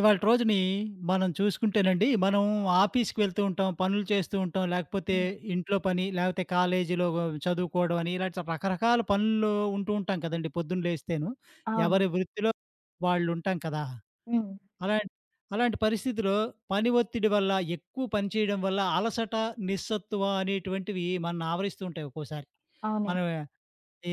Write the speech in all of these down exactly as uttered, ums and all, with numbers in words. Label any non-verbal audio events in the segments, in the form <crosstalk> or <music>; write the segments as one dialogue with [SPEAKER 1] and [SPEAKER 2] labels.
[SPEAKER 1] ఇవాళ రోజుని మనం చూసుకుంటేనండి, మనం ఆఫీస్‌కి వెళ్తూ ఉంటాం, పనులు చేస్తూ ఉంటాం, లేకపోతే
[SPEAKER 2] హ్మ్.
[SPEAKER 1] ఇంట్లో పని, లేకపోతే కాలేజీలో చదువుకోవడం అని ఇలాంటి రకరకాల పనులు ఉంటూ ఉంటాం కదండీ పొద్దున్న లేస్తేను.
[SPEAKER 2] అవును.
[SPEAKER 1] ఎవరి వృత్తిలో వాళ్ళు ఉంటాం కదా!
[SPEAKER 2] హ్మ్.
[SPEAKER 1] అలాం అలాంటి పరిస్థితిలో పని ఒత్తిడి వల్ల, ఎక్కువ పని చేయడం వల్ల అలసట, నిస్సత్తువ అనేటువంటివి మనల్ని ఆవరిస్తూ ఉంటాయి ఒక్కోసారి.
[SPEAKER 2] అవును.
[SPEAKER 1] మనం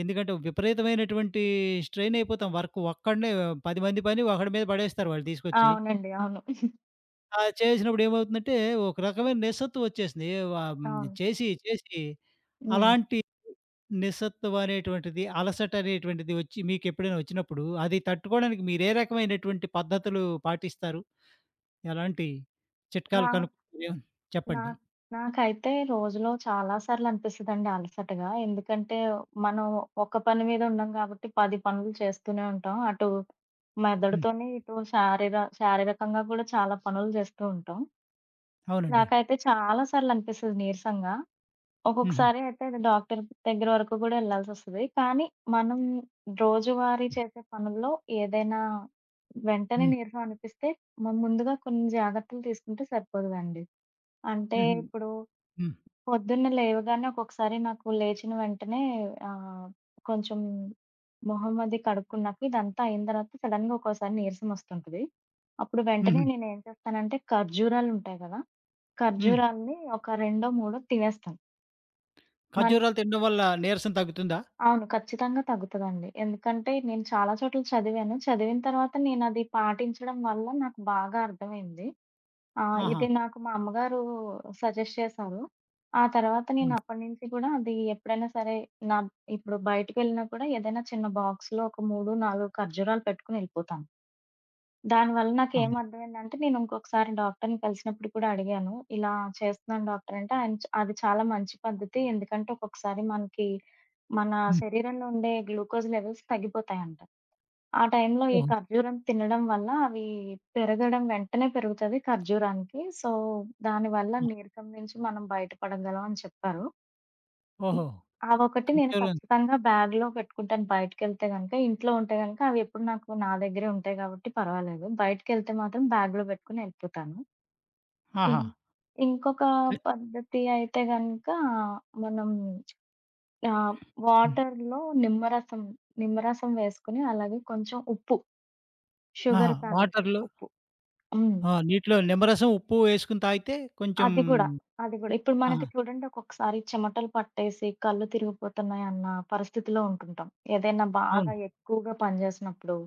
[SPEAKER 1] ఎందుకంటే విపరీతమైనటువంటి స్ట్రెయిన్ అయిపోతాం. వర్క్ ఒక్కడినే పది మంది పని ఒకడి మీద పడేస్తారు వాళ్ళు తీసుకొచ్చి.
[SPEAKER 2] అవునండి. అవును.
[SPEAKER 1] ఆ, చేసినప్పుడు ఏమవుతుందంటే, ఒక రకమైన నిస్సత్తువ వచ్చేసింది. వ హ్మ్.
[SPEAKER 2] అవును.
[SPEAKER 1] చేసి, చేసి
[SPEAKER 2] హ్మ్.
[SPEAKER 1] అలాంటి నిస్సత్తువ అనేటువంటిది, అలసట అనేటువంటిది వచ్చి మీకెప్పుడైనా వచ్చినప్పుడు, అది తట్టుకోవడానికి మీరే రకమైనటువంటి పద్ధతులు పాటిస్తారు? ఎలాంటి
[SPEAKER 2] నా
[SPEAKER 1] చిట్కాలు కనుక్కుంటారు? ఏమన్నా
[SPEAKER 2] నా
[SPEAKER 1] చెప్పండి.
[SPEAKER 2] నాకైతే రోజులో చాలా సార్లు అనిపిస్తదండి అలసటగా. ఎందుకంటే, మనం ఒక పని మీద ఉండం కాబట్టి పది పనులు చేస్తూనే ఉంటాం. అటు
[SPEAKER 1] హ్మ్.
[SPEAKER 2] మెదడుతోని, ఇటు శారీర శారీరకంగా కూడా చాలా పనులు చేస్తూ ఉంటాం.
[SPEAKER 1] అవునండి.
[SPEAKER 2] నాకైతే చాలా సార్లు అనిపిస్తది నీరసంగా.
[SPEAKER 1] హుహు.
[SPEAKER 2] ఒక్కొక్కసారి అయితే అది డాక్టర్ దగ్గర వరకు కూడా ఎళ్ళాల్సొస్తది. కానీ, మనం రోజువారీ
[SPEAKER 1] హ్మ్.
[SPEAKER 2] చేసే పనుల్లో ఏదైనా వెంటనే నీరసం అనిపిస్తే మనం ముందుగా కొన్ని జాగ్రత్తలు తీసుకుంటే సరిపోతదండి. అంటే
[SPEAKER 1] హుహు.
[SPEAKER 2] ఇప్పుడు
[SPEAKER 1] హ్మ్.
[SPEAKER 2] పొద్దున్న లేవగానే ఒక్కొక్కసారి నాకు లేచిన వెంటనే ఆహ్, కొంచెం మొహం అది కడుక్కున్నాక ఇదంతా అయిన తర్వాత సడెన్‌గా ఒక్కోసారి నీరసం వస్తుంటది. అప్పుడు వెంటనే
[SPEAKER 1] హుహు.
[SPEAKER 2] నేనేం చేస్తానంటే ఖర్జూరాలుంటాయి కదా!
[SPEAKER 1] హ్మ్.
[SPEAKER 2] ఖర్జూరాల్ని ఒక రెండో, మూడో తినేస్తాను. మనకి
[SPEAKER 1] ఖర్జూరాలు తినడం వల్ల నీరసం తగ్గుతుందా?
[SPEAKER 2] అవును. ఖచ్చితంగా తగ్గుతదండి. ఎందుకంటే నేను చాలా చోట్ల చదివాను. చదివిన తర్వాత నేనది పాటించడం వల్ల నాకు బాగా అర్థమైంది. ఆహ్,
[SPEAKER 1] ఆహా!
[SPEAKER 2] ఇది నాకు మా అమ్మగారు సజెస్ట్ చేశారు. ఆ తర్వాత నేను
[SPEAKER 1] హ్మ్.
[SPEAKER 2] అప్పటినుంచి కూడా అది ఎప్పుడైనా సరే నా ఇప్పుడు బయటికెళ్ళినా కూడా ఏదైనా చిన్న బాక్స్‌లో ఒక మూడు, నాలుగు ఖర్జూరాలు పెట్టుకొని ఎళ్ళిపోతాను. దానివల్ల నాకేం
[SPEAKER 1] ఆహా!
[SPEAKER 2] అర్థమైందంటే, నేను ఇంకొకసారి డాక్టర్‌ని కలిసినప్పుడు కూడా అడిగాను. ఇలా చేస్తున్నాను డాక్టర్ అంటే, ఆయన చ్ అది చాలా మంచి పద్ధతి. ఎందుకంటే, ఒక్కొక్కసారి మనకి మన
[SPEAKER 1] హ్మ్.
[SPEAKER 2] శరీరంలో ఉండే గ్లూకోజ్ లెవెల్స్ తగ్గిపోతాయంట. ఆ టైంలో ఈ
[SPEAKER 1] ఓహో!
[SPEAKER 2] ఖర్జూరం తినడం వల్ల అవి పెరగడం వెంటనే పెరుగుతది ఖర్జూరానికి. సో, దానివల్ల
[SPEAKER 1] ఆ!
[SPEAKER 2] నీరసం నుంచి మనం బయటపడగలం అని చెప్పారు. హ్మ్.
[SPEAKER 1] ఓహో!
[SPEAKER 2] అవొకటి నేను
[SPEAKER 1] ఖర్జూరం.
[SPEAKER 2] ఖచ్చితంగా బ్యాగ్‌లో పెట్టుకుంటాను బయటికెళ్తే గనక. ఇంట్లో ఉంటే గనక అవెప్పుడు నాకు నా దగ్గరే ఉంటాయి కాబట్టి పర్వాలేదు. బయటికెళ్తే మాత్రం బ్యాగ్‌లో పెట్టుకొని ఎళ్ళిపోతాను.
[SPEAKER 1] ఆహా!
[SPEAKER 2] ఇన్ ఇంకొక
[SPEAKER 1] అయ్
[SPEAKER 2] పద్ధతి అయితే గనక మనం ఆహ్,
[SPEAKER 1] హ్మ్.
[SPEAKER 2] వాటర్‌లో నిమ్మరసం నిమ్మరసం వేసుకొని అలాగే కొంచెం ఉప్పు, షుగర్
[SPEAKER 1] ఆహా!
[SPEAKER 2] కాదండి
[SPEAKER 1] వాటర్‌లో
[SPEAKER 2] ఉప్పు. హ్మ్.
[SPEAKER 1] ఆ, నీటిలో నిమ్మరసం, ఉప్పు వేసుకొని తాగితే కొంచెం.
[SPEAKER 2] అది గూడా. అది గూడా. ఇప్పుడు మనకి
[SPEAKER 1] ఆహా!
[SPEAKER 2] చూడండి ఒక్కొక్కసారి చెమటలు పట్టేసి కళ్ళు తిరిగిపోతున్నాయన్న పరిస్థితిలో ఉంటుంటాం. ఏదైనా బాగా
[SPEAKER 1] అవును.
[SPEAKER 2] ఎక్కువగా పని జేసినప్పుడు,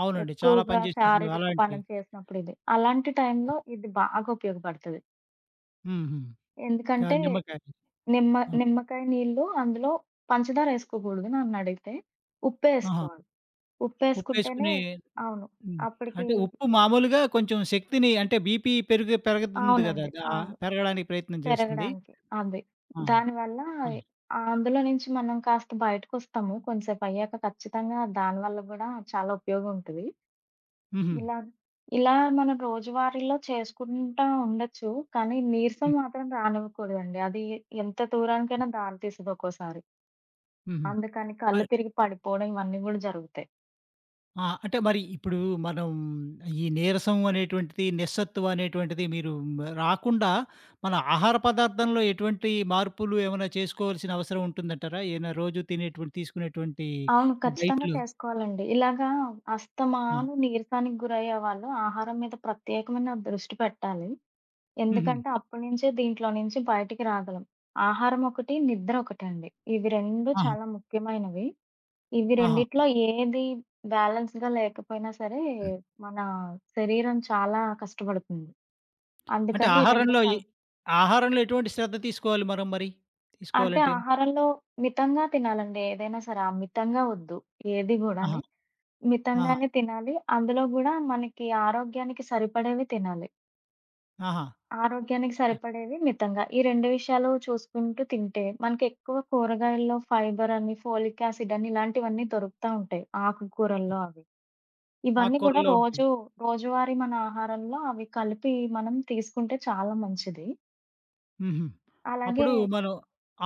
[SPEAKER 1] అవునండి. చాలా
[SPEAKER 2] ఎక్కువగా
[SPEAKER 1] పని చేసినప్పుడు
[SPEAKER 2] శారీరక
[SPEAKER 1] అలాంటి.
[SPEAKER 2] పనులు చేసినప్పుడు ఇది. అలాంటి టైంలో ఇది బాగా ఉపయోగపడతది.
[SPEAKER 1] హుహు. కా
[SPEAKER 2] ఎందుకంటే
[SPEAKER 1] నిమ్మకాయ.
[SPEAKER 2] నిమ్మ
[SPEAKER 1] ఆ!
[SPEAKER 2] నిమ్మకాయ నీళ్ళు అందులో పంచదార ఏసుకోకూడదు నన్నడిగితే.
[SPEAKER 1] ఆహా!
[SPEAKER 2] ఉప్పేసుకోవాలి. ఉప్పేసుకుంటేనే
[SPEAKER 1] ఉప్పేసుకొని.
[SPEAKER 2] అవును.
[SPEAKER 1] హ్మ్.
[SPEAKER 2] అప్పటికి
[SPEAKER 1] అంటే ఉప్పు మామూలుగా కొంచెం శక్తిని అంటే బీపీ పెరుగు పెరుగుతుంది కదా!
[SPEAKER 2] అవునండి.
[SPEAKER 1] దా
[SPEAKER 2] అవును.
[SPEAKER 1] పెరగడానికి ప్రయత్నం చేస్తుంది.
[SPEAKER 2] పెరగడానికి. అవి.
[SPEAKER 1] ఆహా!
[SPEAKER 2] దానివల్ల
[SPEAKER 1] ఆ!
[SPEAKER 2] అందులో నుంచి మనం కాస్త బయటకొస్తాము. కొంసేపయ్యాక ఖచ్చితంగా దానివల్ల గూడా చాలా ఉపయోగం ఉంటది.
[SPEAKER 1] హుహు.
[SPEAKER 2] ఇలా, ఇలా మనం రోజువారీలో చేసుకుంటా ఉండొచ్చు. కానీ నీరసం
[SPEAKER 1] హ్మ్.
[SPEAKER 2] మాత్రం రానివ్వకూడదండి. అది ఎంత దూరానికైనా దారి తీస్తది ఒక్కోసారి.
[SPEAKER 1] హుహు.
[SPEAKER 2] అందుకని కళ్ళు
[SPEAKER 1] అ
[SPEAKER 2] తిరిగి పడిపోవడం ఇవన్నీ గూడా జరుగుతాయి.
[SPEAKER 1] ఆ! అంటే మరి ఇప్పుడు మనం ఈ నీరసం అనేటువంటిది, నిస్సత్తువ అనేటువంటిది మీరు మ రాకుండా మన ఆహార పదార్థంలో ఎటువంటి మార్పులు ఏమైనా చేసుకోవాల్సిన అవసరం ఉంటుందంటారా? ఏమైనా రోజు తినేటువంటి తీసుకునేటువంటి
[SPEAKER 2] అవును. ఖచ్చితంగా
[SPEAKER 1] డైట్‌లు.
[SPEAKER 2] చేసుకోవాలండి. ఇలాగా
[SPEAKER 1] ఆ!
[SPEAKER 2] అస్తమాను నీరసానికి గురయ్యే వాళ్ళు ఆహారం మీద ప్రత్యేకమైన దృష్టి పెట్టాలి.
[SPEAKER 1] హుహు.
[SPEAKER 2] ఎందుకంటే అప్పటి నుంచే దీంట్లో నుంచి బయటికి రాగలం. ఆహారం ఒకటి, నిద్ర ఒకటండి. ఇవి రెండు
[SPEAKER 1] ఆహా!
[SPEAKER 2] చాలా ముఖ్యమైనవి. ఇవి
[SPEAKER 1] ఆహా!
[SPEAKER 2] రెండిట్లో ఏది బ్యాలెన్స్‌గా లేకపోయినా సరే,
[SPEAKER 1] హ్మ్.
[SPEAKER 2] మన శరీరం చాలా కష్టపడుతుంది.
[SPEAKER 1] అంటే
[SPEAKER 2] అందుకని ఈ రెండు
[SPEAKER 1] ఆహారంలో ఈ
[SPEAKER 2] చాలా
[SPEAKER 1] ఆహారంలో ఎటువంటి శ్రద్ధ తీసుకోవాలి మనం మరి?
[SPEAKER 2] అంటే
[SPEAKER 1] తీసుకోవాలంటే?
[SPEAKER 2] ఆహారంలో మితంగా తినాలండి ఏదైనా సరే. అమితంగా వద్దు ఏది
[SPEAKER 1] ఆహా!
[SPEAKER 2] గూడాని.
[SPEAKER 1] ఆహా!
[SPEAKER 2] మితంగానే తినాలి. అందులో గూడా మనకి ఆరోగ్యానికి సరిపడేవి తినాలి.
[SPEAKER 1] ఆహా!
[SPEAKER 2] ఆరోగ్యానికి
[SPEAKER 1] ఆహ్,
[SPEAKER 2] సరిపడేవి మితంగా. ఈ రెండు విషయాలు చూసుకుంటూ తింటే మనకెక్కువ కూరగాయల్లో ఫైబర్ అని, ఫోలిక్ యాసిడ్ అని ఇలాంటివన్నీ దొరుకుతా ఉంటాయి. ఆకుకూరల్లో అవి. ఇవన్నీ గూడా
[SPEAKER 1] ఆకుకూరల్లో ఉంటాయి.
[SPEAKER 2] రోజు రోజువారీ మన ఆహారంలో అవి కలిపి మనం తీసుకుంటే చాలా మంచిది.
[SPEAKER 1] హుహు.
[SPEAKER 2] అలాగే
[SPEAKER 1] అప్పుడు మనం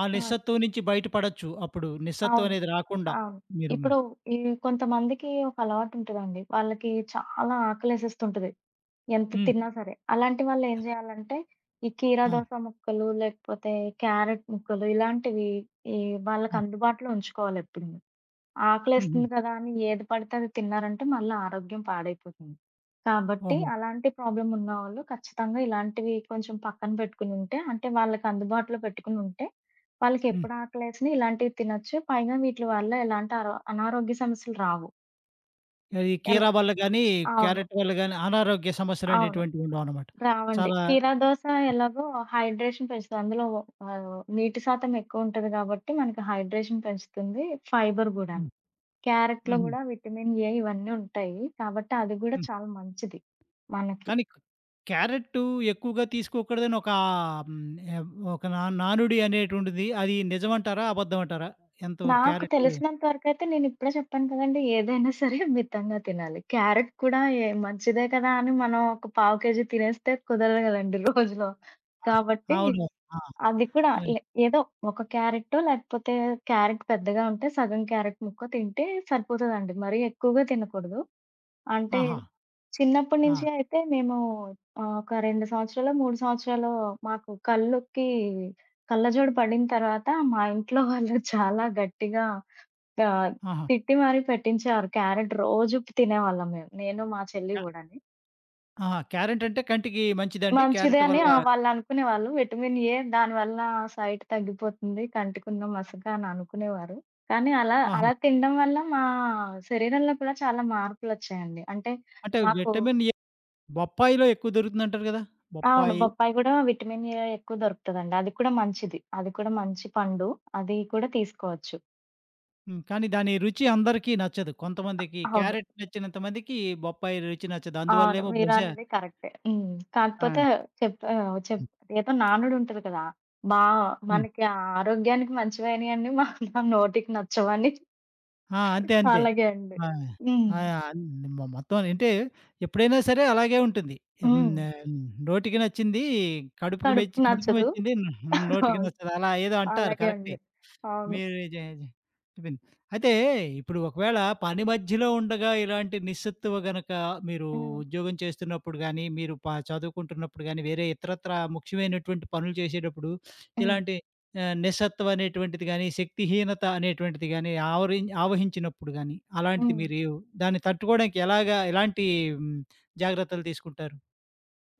[SPEAKER 1] ఆ
[SPEAKER 2] ఆ!
[SPEAKER 1] నిస్సత్తువ నుంచి బయటపడొచ్చు. అప్పుడు నిస్సత్తువ
[SPEAKER 2] అవును.
[SPEAKER 1] అనేది రాకుండా
[SPEAKER 2] అవును.
[SPEAKER 1] మీరు.
[SPEAKER 2] ఇప్పుడు ఈ కొంతమందికి ఒక అలవాటుంటదండి. వాళ్ళకి చాలా ఆకలేసేస్తుంటది. ఎంత
[SPEAKER 1] హ్మ్.
[SPEAKER 2] తిన్నా సరే. అలాంటి వాళ్ళేం జేయాలంటే, ఈ కీరా
[SPEAKER 1] ఆ!
[SPEAKER 2] దోస ముక్కలు, లేకపోతే క్యారెట్ ముక్కలు ఇలాంటివి ఈ
[SPEAKER 1] ఆ!
[SPEAKER 2] వాళ్ళకి అందుబాటులో ఉంచుకోవాలెప్పుడు.
[SPEAKER 1] హుహు.
[SPEAKER 2] ఆకలేస్తుంది కదా అని ఏది పడితే అది తిన్నారంటే మళ్ళా ఆరోగ్యం పాడైపోతుంది. కాబట్టి
[SPEAKER 1] ఓహో!
[SPEAKER 2] అలాంటి ప్రాబ్లమ్ ఉన్నవాళ్ళు ఖచ్చితంగా ఇలాంటివి కొంచెం పక్కన పెట్టుకొనుంటే, అంటే వాళ్ళకి అందుబాటులో పెట్టుకొనుంటే,
[SPEAKER 1] హ్మ్.
[SPEAKER 2] వాళ్ళకెప్పుడు ఆకలేసినా ఇలాంటివి తినొచ్చు. పైగా వీట్లి వల్ల ఎలాంటి అరో అనారోగ్య సమస్యలు రావు.
[SPEAKER 1] ఈ
[SPEAKER 2] ఎలా
[SPEAKER 1] కీరా వల్ల గానీ,
[SPEAKER 2] అవును.
[SPEAKER 1] క్యారెట్ వల్ల గానీ అనారోగ్య
[SPEAKER 2] అవును.
[SPEAKER 1] సమస్యలనేటువంటివి ఉండవనమాట.
[SPEAKER 2] రావండి.
[SPEAKER 1] చాలా.
[SPEAKER 2] కీరా దోస ఎలాగో హైడ్రేషన్ పెంచుతది. అందులో ఆహ్, నీటి శాతం ఎక్కువుంటది గాబట్టి, మనకి హైడ్రేషన్ పెంచుతుంది. ఫైబర్ గూడాను.
[SPEAKER 1] హ్మ్.
[SPEAKER 2] క్యారెట్‌లో
[SPEAKER 1] హుహు.
[SPEAKER 2] గూడా విటమిన్ ఏ ఇవన్నీ ఉంటాయి. కాబట్టి అది గూడా
[SPEAKER 1] హ్మ్.
[SPEAKER 2] చాలా మంచిది మనకి.
[SPEAKER 1] కానీ క్యారెట్టు ఎక్కువగా తీసుకోకూడదని ఒక. హ్మ్. ఎవ్ ఒక నా నానుడి అనేటువంటిది అది నిజమంటారా? అబద్ధమంటారా? ఎంతవరకు
[SPEAKER 2] నాకు
[SPEAKER 1] క్యారెట్టు.
[SPEAKER 2] తెలిసినంత వరకైతే నేనిప్పుడే చెప్పాను కదండీ! ఏదైనా సరే మితంగా తినాలి. క్యారెట్ కూడా ఏ మంచిదే కదా! అని మనం ఒక పావు కేజీ తినేస్తే కుదరదు గదండీ రోజులో. కాబట్టి
[SPEAKER 1] అవును. ఆ!
[SPEAKER 2] అవి కూడా
[SPEAKER 1] అది.
[SPEAKER 2] ఏ ఏదో ఒక క్యారెట్టో లేకపోతే క్యారెట్ పెద్దగా ఉంటే సగం క్యారెట్ ముక్క తింటే సరిపోతదండి. మరీ ఎక్కువగా తినకూడదు. అంటే
[SPEAKER 1] ఆహా!
[SPEAKER 2] చిన్నప్పటి నుంచి
[SPEAKER 1] ఆ!
[SPEAKER 2] అయితే మేము ఆహ్, ఒక రెండు సంవత్సరాలో, మూడు సంవత్సరాలో మాకు కళ్ళుకి కళ్ళజోడు పడిన తర్వాత మా ఇంట్లో వాళ్ళు <laughs> చాలా గట్టిగా ఆహ్,
[SPEAKER 1] ఆహా!
[SPEAKER 2] తిట్టి మరీ పెట్టించేవారు. క్యారెట్ రోజు తినేవాళ్ళం మేము. నేను మా చెల్లి గూడాని.
[SPEAKER 1] ఆహా! క్యారెట్ అంటే కంటికి మంచిదండి?
[SPEAKER 2] మంచిదే
[SPEAKER 1] క్యారెట్
[SPEAKER 2] అని
[SPEAKER 1] వల్ల.
[SPEAKER 2] ఆ! వాళ్ళనుకునేవాళ్ళు. విటమిన్ ఏ దానివల్ల సైట్ తగ్గిపోతుంది. కంటికున్న మసక అని అనుకునేవారు. కానీ అలా,
[SPEAKER 1] ఆహా!
[SPEAKER 2] అలా తినడం వల్ల మా శరీరంలో కూడా చాలా మార్పులొచ్చాయండి. అంటే
[SPEAKER 1] అంటే
[SPEAKER 2] మాకు
[SPEAKER 1] విటమిన్ ఏ బొప్పాయిలో ఎక్కువ దొరుకుతుందంటారు గదా!
[SPEAKER 2] అవును.
[SPEAKER 1] బొప్పాయి.
[SPEAKER 2] బొప్పాయి గూడా విటమిన్ ఏ ఎక్కువ దొరుకుతదండి. అది కూడా మంచిది. అది కూడా మంచి పండు. అది కూడా తీసుకోవచ్చు.
[SPEAKER 1] హ్మ్. కానీ దాని రుచి అందరికీ నచ్చదు. కొంతమందికి
[SPEAKER 2] అవును.
[SPEAKER 1] క్యారెట్ నచ్చినంత మందికి బొప్పాయి రుచి నచ్చదు.
[SPEAKER 2] అవును.
[SPEAKER 1] అందువల్లేమో బహుశా.
[SPEAKER 2] మీరన్నది కరెక్టే. హ్మ్. కాకపోతే
[SPEAKER 1] ఆ!
[SPEAKER 2] చెప్ ఆహ్, చెప్ ఏదో నానుడుంటది కదా! బా
[SPEAKER 1] హ్మ్.
[SPEAKER 2] మనకి ఆరోగ్యానికి మంచివయినియన్ని మా నా నోటికి నచ్చవని
[SPEAKER 1] ఆ! అంతే. అంతే.
[SPEAKER 2] అలాగే అండి.
[SPEAKER 1] ఆ!
[SPEAKER 2] హ్మ్.
[SPEAKER 1] ఆ! అన్ మొ మొత్తం అంటే ఎప్పుడైనా సరే అలాగే ఉంటుంది. హ్మ్.
[SPEAKER 2] హ్మ్.
[SPEAKER 1] ఆహ్, నోటికి నచ్చింది కడుపుకి
[SPEAKER 2] కడుపుకి
[SPEAKER 1] మెచ్చి కడుపు
[SPEAKER 2] నచ్చదు.
[SPEAKER 1] మెచ్చింది నోటికి
[SPEAKER 2] అవును.
[SPEAKER 1] నచ్చదు. అలా ఏదో అంటారు
[SPEAKER 2] అలాగే
[SPEAKER 1] కరెక్టే.
[SPEAKER 2] అండి. అవును.
[SPEAKER 1] మీరు జే జే చెప్పింది. అయితే ఇప్పుడు ఒకవేళ పని మధ్యలో ఉండగా ఇలాంటి నిస్సత్తువ గనక మీరు
[SPEAKER 2] హ్మ్.
[SPEAKER 1] ఉద్యోగం చేస్తున్నప్పుడు గానీ, మీరు ప చదువుకుంటున్నప్పుడు గానీ, వేరే ఇతరత్రా ముఖ్యమైనటువంటి పనులు చేసేటప్పుడు
[SPEAKER 2] హ్మ్.
[SPEAKER 1] ఇలాంటి ఆహ్, నిస్సత్వం అనేటువంటిది గానీ, శక్తిహీనత అనేటువంటిది గానీ, ఆవరి ఆవహించినప్పుడు గానీ, అలాంటిది
[SPEAKER 2] హ్మ్.
[SPEAKER 1] మీరు ఏ- దాన్ని తట్టుకోవడానికి ఎలాగా ఎలాంటి హ్మ్, జాగ్రత్తలు తీసుకుంటారు?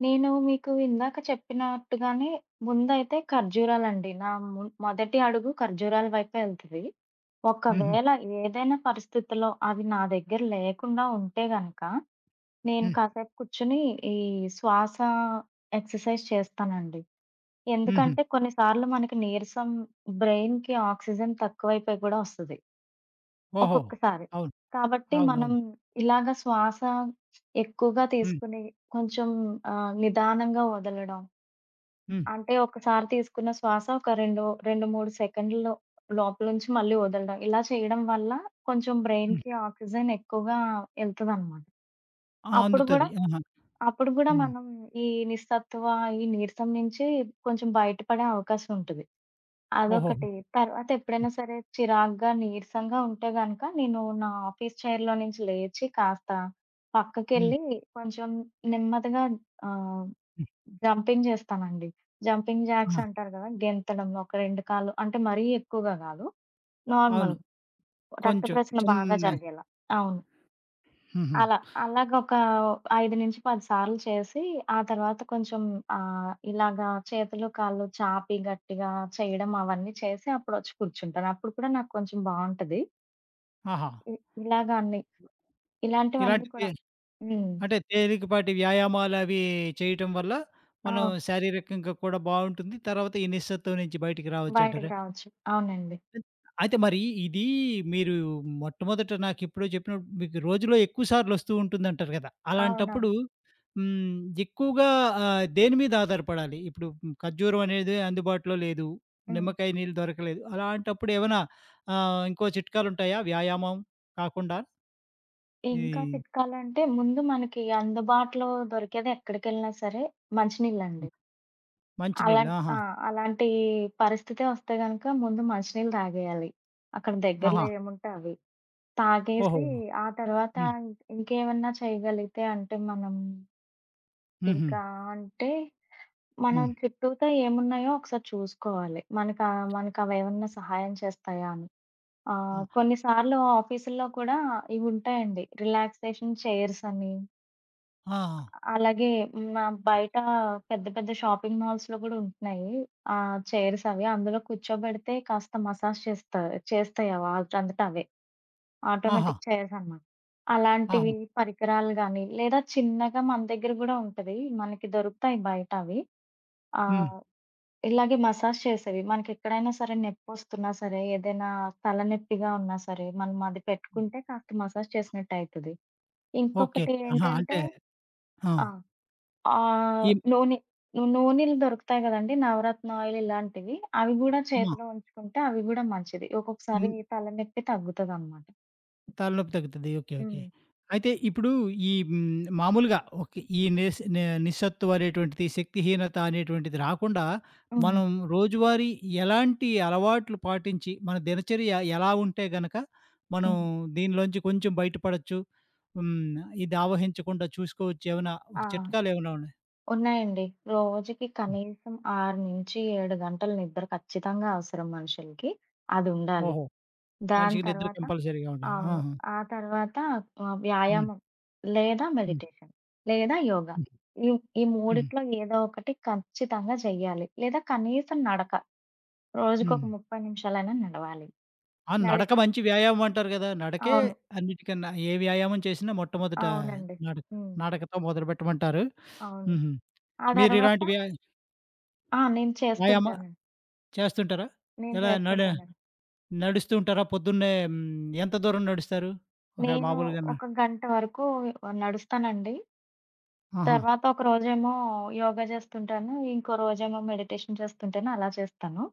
[SPEAKER 2] నేను మీకు ఇందాక చెప్పినట్టుగానే ముందైతే ఖర్జూరాలండి. నా ము మొదటి అడుగు ఖర్జూరాల వైపే ఎళ్తది.
[SPEAKER 1] హుహు.
[SPEAKER 2] ఒకవేళ ఏదైనా పరిస్థితిలో అవి నా దగ్గర లేకుండా ఉంటే గనక, నేను
[SPEAKER 1] హ్మ్.
[SPEAKER 2] కాసేపు కూర్చొని ఈ శ్వాస ఎక్సర్‌సైజ్ చేస్తానండి.
[SPEAKER 1] హుహు.
[SPEAKER 2] ఎందుకంటే కొన్ని సార్లు మనకి నీరసం బ్రెయిన్‌కి ఆక్సిజన్ తక్కువైపోయి కూడా వస్తది.
[SPEAKER 1] ఓహో!
[SPEAKER 2] ఒక్కొక్కసారి.
[SPEAKER 1] అవును.
[SPEAKER 2] కాబట్టి మనం
[SPEAKER 1] అవునవును.
[SPEAKER 2] ఇలాగ శ్వాస ఎక్కువగా
[SPEAKER 1] హ్మ్.
[SPEAKER 2] తీసుకుని కొంచెం ఆహ్, నిదానంగా వదలడం.
[SPEAKER 1] హ్మ్.
[SPEAKER 2] అంటే ఒకసారి తీసుకున్న శ్వాస ఒక రెండు 2, మూడు సెకండ్‌లో లోపలుంచి మళ్ళీ వదలడం. ఇలా చేయడం వల్ల కొంచెం
[SPEAKER 1] హ్మ్.
[SPEAKER 2] బ్రెయిన్‌కి ఆక్సిజన్ ఎక్కువగా ఎళ్తదనమాట.
[SPEAKER 1] ఆ!
[SPEAKER 2] అప్పుడు గూడా
[SPEAKER 1] అందుతది. ఆహా!
[SPEAKER 2] అప్పుడు గూడా
[SPEAKER 1] హ్మ్.
[SPEAKER 2] మనం ఈ నిస్సత్తువ, ఈ నీరసం నుంచి కొంచెం బయటపడే అవకాశం ఉంటది.
[SPEAKER 1] ఓహోహో!
[SPEAKER 2] అదొకటి. తర్వాత ఎప్పుడైనా సరే చిరాగ్గా, నీరసంగా ఉంటే గనక నేను నా ఆఫీస్ చైర్‌లో నుంచి లేచి కాస్త
[SPEAKER 1] హ్మ్.
[SPEAKER 2] పక్కకెళ్ళి కొంచెం నెమ్మదిగా ఆహ్,
[SPEAKER 1] హ్మ్.
[SPEAKER 2] జంపింగ్ చేస్తానండి. జంపింగ్ జాక్స్
[SPEAKER 1] ఆ!
[SPEAKER 2] అంటారు గదా! గెంతడం ఒక రెండు కాళ్ళు అంటే మరీ ఎక్కువగా గాదు.
[SPEAKER 1] అవును.
[SPEAKER 2] నార్మల్‌గా రక్త
[SPEAKER 1] కొంచెం
[SPEAKER 2] ప్రసరణ బాగా
[SPEAKER 1] చిన్న.
[SPEAKER 2] జరిగేలా. అవును.
[SPEAKER 1] హుహు.
[SPEAKER 2] అలా. అలాగొక ఐదు నుంచి పది సార్లు చేసి, ఆ తర్వాత కొంచెం ఆహ్, ఇలాగా చేతులు, కాళ్ళు చాపి గట్టిగా చేయడం అవన్నీ చేసి అప్పుడొచ్చి కూర్చుంటాను. అప్పుడు కూడా నాకు కొంచెం బావుంటది.
[SPEAKER 1] ఆహా!
[SPEAKER 2] ఇ ఇలాగ అన్ని. ఇలాంటివన్నీ
[SPEAKER 1] ఇలాంటి తే
[SPEAKER 2] కూడా హ్మ్.
[SPEAKER 1] అంటే తేలికపాటి వ్యాయామాలవి చేయటం వల్ల, మనం
[SPEAKER 2] అవును.
[SPEAKER 1] శారీరకంగా కూడా బావుంటుంది. తర్వాత ఈ నిస్సత్తువ నుంచి బయటికి
[SPEAKER 2] బయటకి
[SPEAKER 1] రావచ్చంటారా?
[SPEAKER 2] రావచ్చు. అవునండి.
[SPEAKER 1] అయితే మరి ఇది మీరు మొట్టమొదట నాకిప్పుడే చెప్పినట్టు మీకు రోజులో ఎక్కువ సార్లు వస్తూ ఉంటుందంటారు కదా!
[SPEAKER 2] అవునవును.
[SPEAKER 1] అలాంటప్పుడు హ్మ్, ఎక్కువగా ఆహ్, దేని మీద ఆధారపడాలి? ఇప్పుడు మ్, ఖర్జూరం అనేది అందుబాటులో లేదు.
[SPEAKER 2] హ్మ్.
[SPEAKER 1] నిమ్మకాయ నీళ్ళు దొరకలేదు. అలాంటప్పుడు ఏమైనా ఆహ్, ఇంకో చిట్కాలుంటాయా? వ్యాయామం కాకుండా
[SPEAKER 2] ఇంకా
[SPEAKER 1] ఈ
[SPEAKER 2] చిట్కాలంటే ముందు మనకి అందుబాటులో దొరికేది ఎక్కడికెళ్ళినా సరే మంచినీళ్ళండి. అలాం
[SPEAKER 1] మంచినీళ్ళు. ఆహా!
[SPEAKER 2] ఆ! అలాంటి పరిస్థితే వస్తే గనక ముందు మంచినీళ్ళు తాగేయాలి. అక్కడ దగ్గరలో
[SPEAKER 1] ఆహా!
[SPEAKER 2] ఏముంటే అవి.
[SPEAKER 1] ఓహో!
[SPEAKER 2] తాగేసి ఆ తర్వాత
[SPEAKER 1] హ్మ్.
[SPEAKER 2] ఇంకేమన్నా చేయగలిగితే అంటే మనం
[SPEAKER 1] హుహు.
[SPEAKER 2] ఇంకా అంటే మనం
[SPEAKER 1] హ్మ్.
[SPEAKER 2] చుట్టూతా ఏమున్నాయో ఒకసారి చూసుకోవాలి. మనకా మనకవేమన్నా సహాయం చేస్తాయా అని. ఆహ్,
[SPEAKER 1] ఆ!
[SPEAKER 2] కొన్నిసార్లు ఆఫీసుల్లో కూడా ఇవుంటాయండి రిలాక్సేషన్ చైర్స్ అని.
[SPEAKER 1] ఆ!
[SPEAKER 2] అలాగే హ్మ్. ఆహ్, బయట పెద్ద పెద్ద షాపింగ్ మాల్స్‌లో గూడా ఉంటున్నాయి. ఆహ్, చైర్స్ అవి. అందులో కూర్చోబెడితే కాస్త మసాజ్ చేస్తా చేస్తాయి అవి వాటంతట అవే.
[SPEAKER 1] ఆహా!
[SPEAKER 2] ఆటోమేటిక్ చైర్స్ అన్నమాట.
[SPEAKER 1] ఆహా!
[SPEAKER 2] అలాంటివి పరికరాలు గానీ, లేదా చిన్నగా మన దగ్గర గూడా ఉంటది. మనకి దొరుకుతాయి బయట అవి.
[SPEAKER 1] హ్మ్.
[SPEAKER 2] ఆహ్, ఇలాగే మసాజ్ చేసేవి. మనకెక్కడైనా సరే నొప్పొస్తున్నా సరే, ఏదైనా తలనొప్పిగా ఉన్నా సరే, మనం అది పెట్టుకుంటే కాస్త మసాజ్ చేసినట్టయితది.
[SPEAKER 1] ఓకే.
[SPEAKER 2] ఇంకొకటి
[SPEAKER 1] ఆహా!
[SPEAKER 2] ఏంటంటే
[SPEAKER 1] అంటే ఆ!
[SPEAKER 2] ఆ! ఆహ్,
[SPEAKER 1] ఈ
[SPEAKER 2] నూనె నూ నూనెలు దొరుకుతాయి గదండీ! నవరత్న ఆయిల్ ఇలాంటివి. అవి గూడా
[SPEAKER 1] ఆ!
[SPEAKER 2] చేతిలో ఉంచుకుంటే అవి గూడా మంచిది. ఒక్కొక్కసారి
[SPEAKER 1] హ్మ్.
[SPEAKER 2] తలనొప్పి తగ్గుతదనమాట.
[SPEAKER 1] తలనొప్పి తగ్గుతది. ఓకే. ఓకే.
[SPEAKER 2] హ్మ్.
[SPEAKER 1] అయితే ఇప్పుడు ఈ హ్మ్, మామూలుగా ఓకే. ఈ నిస్ ని నిస్సత్తువ అనేటువంటిది, శక్తిహీనత అనేటువంటిది రాకుండా,
[SPEAKER 2] హ్మ్.
[SPEAKER 1] మనం రోజువారీ ఎలాంటి అలవాట్లు పాటించి, మన దినచర్య ఎలా ఉంటే గనక, మనం
[SPEAKER 2] హ్మ్.
[SPEAKER 1] దీనిలోంచి కొంచెం బయటపడొచ్చు. హ్మ్. ఇది ఆవహించకుండా చూసుకోవచ్చు. ఏమైనా
[SPEAKER 2] ఆ!
[SPEAKER 1] ఒక చిట్కాలేమైనా ఉన్నాయా?
[SPEAKER 2] ఉన్నాయండి. రోజుకి కనీసం ఆరు నుంచి ఏడు గంటలు నిద్ర ఖచ్చితంగా అవసరం మనుషులకి. అదుండాలి.
[SPEAKER 1] ఓహో!
[SPEAKER 2] దాని
[SPEAKER 1] మనిషికి నిద్ర
[SPEAKER 2] తర్వాత
[SPEAKER 1] కంపల్సరీగా ఉండాలి.
[SPEAKER 2] అవును.
[SPEAKER 1] ఆహా!
[SPEAKER 2] ఆ తర్వాత ఆహ్,
[SPEAKER 1] హ్మ్.
[SPEAKER 2] వ్యాయామం లేదా
[SPEAKER 1] హ్మ్.
[SPEAKER 2] మెడిటేషన్ లేదా యోగా.
[SPEAKER 1] హ్మ్.
[SPEAKER 2] ఈ ఈ
[SPEAKER 1] హ్మ్.
[SPEAKER 2] మూడిట్లో ఏదో ఒకటి ఖచ్చితంగా చెయ్యాలి. లేదా కనీసం నడక. రోజుకొక
[SPEAKER 1] హ్మ్.
[SPEAKER 2] ముప్పై నిమిషాలైనా నడవాలి.
[SPEAKER 1] ఆ!
[SPEAKER 2] నడి
[SPEAKER 1] నడక మంచి వ్యాయామం అంటారు గదా! నడకే
[SPEAKER 2] అవును.
[SPEAKER 1] అన్నిటికన్నా ఏ వ్యాయామం చేసినా మొట్టమొదట
[SPEAKER 2] అవునండి.
[SPEAKER 1] నడక
[SPEAKER 2] హ్మ్.
[SPEAKER 1] నడకతో మొదలుపెట్టమంటారు.
[SPEAKER 2] అవును.
[SPEAKER 1] హుహు.
[SPEAKER 2] ఆ
[SPEAKER 1] మీరు
[SPEAKER 2] తర్వాత
[SPEAKER 1] ఇలాంటి వ్యా
[SPEAKER 2] ఆ! నేను
[SPEAKER 1] వ్యాయామ
[SPEAKER 2] చేస్తుంటానండి.
[SPEAKER 1] చేస్తుంటారా?
[SPEAKER 2] నేను
[SPEAKER 1] ఎలా నడ
[SPEAKER 2] చేస్తుంటానండి.
[SPEAKER 1] నడుస్తూ ఉంటారా? పొద్దున్నే హ్మ్, ఎంత దూరం నడుస్తారు? ఒకవేళ
[SPEAKER 2] నేను
[SPEAKER 1] మామూలుగానా?
[SPEAKER 2] ఒక గంట వరకు నడుస్తానండి.
[SPEAKER 1] ఆహా!
[SPEAKER 2] తర్వాత ఒక రోజేమో యోగా చేస్తుంటాను. ఇంకో రోజేమో మెడిటేషన్ చేస్తుంటాను. అలా చేస్తాను.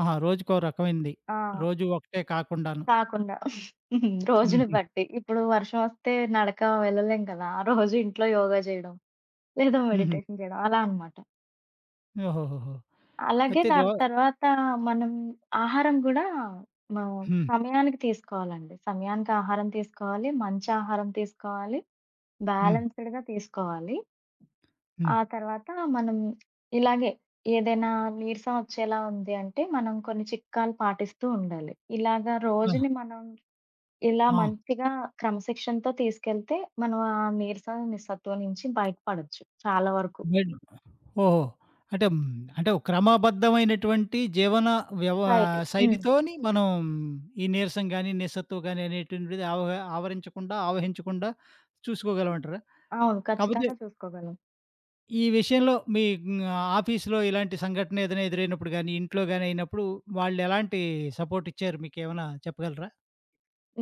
[SPEAKER 1] ఆహా! రోజుకో రకమైనది.
[SPEAKER 2] ఆ!
[SPEAKER 1] రోజు ఒకటే కాకుండాను.
[SPEAKER 2] కాకుండా. <laughs> హ్మ్. రోజుని
[SPEAKER 1] హుహు.
[SPEAKER 2] బట్టి. ఇప్పుడు వర్షం వస్తే నడక వెళ్ళలేం కదా! ఆ రోజు ఇంట్లో యోగా చేయడం, లేదా
[SPEAKER 1] హుహు.
[SPEAKER 2] మెడిటేషన్ చేయడం అలా అనమాట.
[SPEAKER 1] ఓహోహోహో!
[SPEAKER 2] అలాగే
[SPEAKER 1] అయితే రో
[SPEAKER 2] దాని తర్వాత మనం ఆహారం గూడా మనం
[SPEAKER 1] హ్మ్.
[SPEAKER 2] సమయానికి తీసుకోవాలండి. సమయానికి ఆహారం తీసుకోవాలి. మంచి ఆహారం తీసుకోవాలి.
[SPEAKER 1] హ్మ్.
[SPEAKER 2] బ్యాలెన్స్‌డ్‌గా తీసుకోవాలి.
[SPEAKER 1] హ్మ్.
[SPEAKER 2] ఆ తర్వాత మనం ఇలాగే ఏదైనా నీరసం వచ్చేలా ఉంది అంటే, మనం కొన్ని చిట్కాలు పాటిస్తూ ఉండాలి. ఇలాగ
[SPEAKER 1] ఆ!
[SPEAKER 2] రోజుని మనం ఇలా
[SPEAKER 1] ఆ!
[SPEAKER 2] మంచిగా క్రమశిక్షణతో తీసుకెళ్తే మనం ఆ నీరసం, నిస్సత్తువ నుంచి బయటపడొచ్చు చాలా వరకు.
[SPEAKER 1] బెడ్ ఓహో! అంటే హ్మ్, అంటే ఒక క్రమబద్ధమైనటువంటి జీవన వ్యవ
[SPEAKER 2] రైట్. హ్మ్.
[SPEAKER 1] శైలితోని మనం ఈ నీరసం గాని, నిస్సత్తువ గాని అనేటువంటిది ఆవ ఆవరించకుండా, ఆవహించకుండా చూసుకోగలమంటారా?
[SPEAKER 2] అవును.
[SPEAKER 1] కాపోతే
[SPEAKER 2] ఖచ్చితంగా చూసుకోగలం.
[SPEAKER 1] ఈ విషయంలో మీ హ్మ్, ఆఫీస్‌లో ఇలాంటి సంఘటన ఏదైనా ఎదురైనప్పుడు గాని, ఇంట్లో గాని అయినప్పుడు వాళ్ళెలాంటి సపోర్ట్ ఇచ్చారు? మీకేమైనా చెప్పగలరా?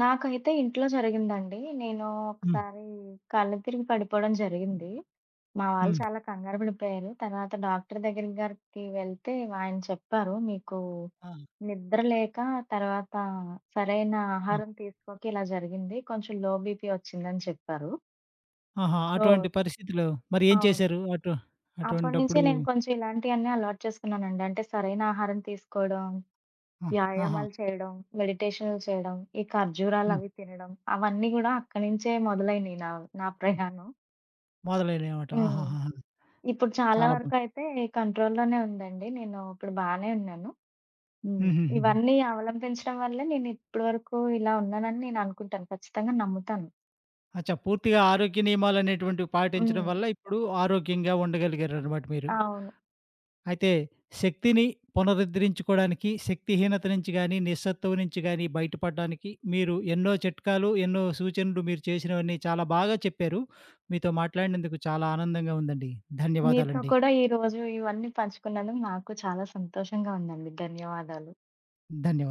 [SPEAKER 2] నాకైతే ఇంట్లో జరిగిందండి. నేను
[SPEAKER 1] హ్మ్.
[SPEAKER 2] ఒకసారి కళ్ళు తిరిగి పడిపోవడం జరిగింది. మా వాళ్ళు
[SPEAKER 1] హ్మ్.
[SPEAKER 2] చాలా కంగారు పడిపోయారు. తర్వాత డాక్టర్ దగ్గర గారికి వెళ్తే ఆయన చెప్పారు, "మీకు
[SPEAKER 1] ఆ!
[SPEAKER 2] నిద్ర లేక, తర్వాత సరైన
[SPEAKER 1] ఆ!
[SPEAKER 2] ఆహారం తీసుకోక ఇలా జరిగింది. కొంచెం లో బీపీ వచ్చిందని" చెప్పారు.
[SPEAKER 1] ఆహా!
[SPEAKER 2] ఓహ్!
[SPEAKER 1] అటువంటి పరిస్థితిలో మరి ఏం
[SPEAKER 2] అవును.
[SPEAKER 1] చేశారు? అటు
[SPEAKER 2] అప్పటినుంచే
[SPEAKER 1] అటువంటప్పుడు
[SPEAKER 2] నేను కొంచెం ఇలాంటియన్నీ అలవాటు చేసుకున్నానండి. అంటే సరైన ఆహారం తీసుకోవడం,
[SPEAKER 1] ఆ! ఆహా!
[SPEAKER 2] వ్యాయామాలు చేయడం, మెడిటేషన్లు చేయడం, ఈ
[SPEAKER 1] హ్మ్.
[SPEAKER 2] ఖర్జూరాలవి తినడం, అవన్నీ గూడా అక్కడి నుంచే మొదలైనియి నా నా ప్రయాణం.
[SPEAKER 1] మొదలైనయన్నమాట.
[SPEAKER 2] హ్మ్.
[SPEAKER 1] ఆహాహాహా!
[SPEAKER 2] ఇప్పుడు చాలా
[SPEAKER 1] చాలా బా
[SPEAKER 2] వరకయితే కంట్రోల్‌లోనే ఉందండి. నేను ఇప్పుడు బానే ఉన్నాను. హ్మ్. ఇవన్నీ
[SPEAKER 1] హుహుహుహు.
[SPEAKER 2] అవలంబించడం వల్లే నేను ఇప్పటి వరకు ఇలా ఉన్నానని నేను అనుకుంటాను. ఖచ్చితంగా నమ్ముతాను.
[SPEAKER 1] అచ్చా! పూర్తిగా ఆరోగ్య నియమాలనేటువంటివి పాటించడం
[SPEAKER 2] హ్మ్.
[SPEAKER 1] వల్ల ఇప్పుడు ఆరోగ్యంగా ఉండగలిగారనమాట మీరు.
[SPEAKER 2] అవును.
[SPEAKER 1] అయితే శక్తిని పునరుద్ధరించుకోవడానికి, శక్తిహీనత నుంచి గానీ, నిస్సత్తువ నుంచి గానీ బయటపడడానికి మీరు ఎన్నో చిట్కాలు, ఎన్నో సూచనలు మీరు చేసినవన్నీ చాలా బాగా చెప్పారు. మీతో మాట్లాడినందుకు చాలా ఆనందంగా ఉందండి.
[SPEAKER 2] మీతో
[SPEAKER 1] ధన్యవాదాలండి.
[SPEAKER 2] కూడా ఈరోజు ఇవన్నీ పంచుకున్నందుకు నాకు చాలా సంతోషంగా ఉందండి. ధన్యవాదాలు.
[SPEAKER 1] ధన్యవాదాలు.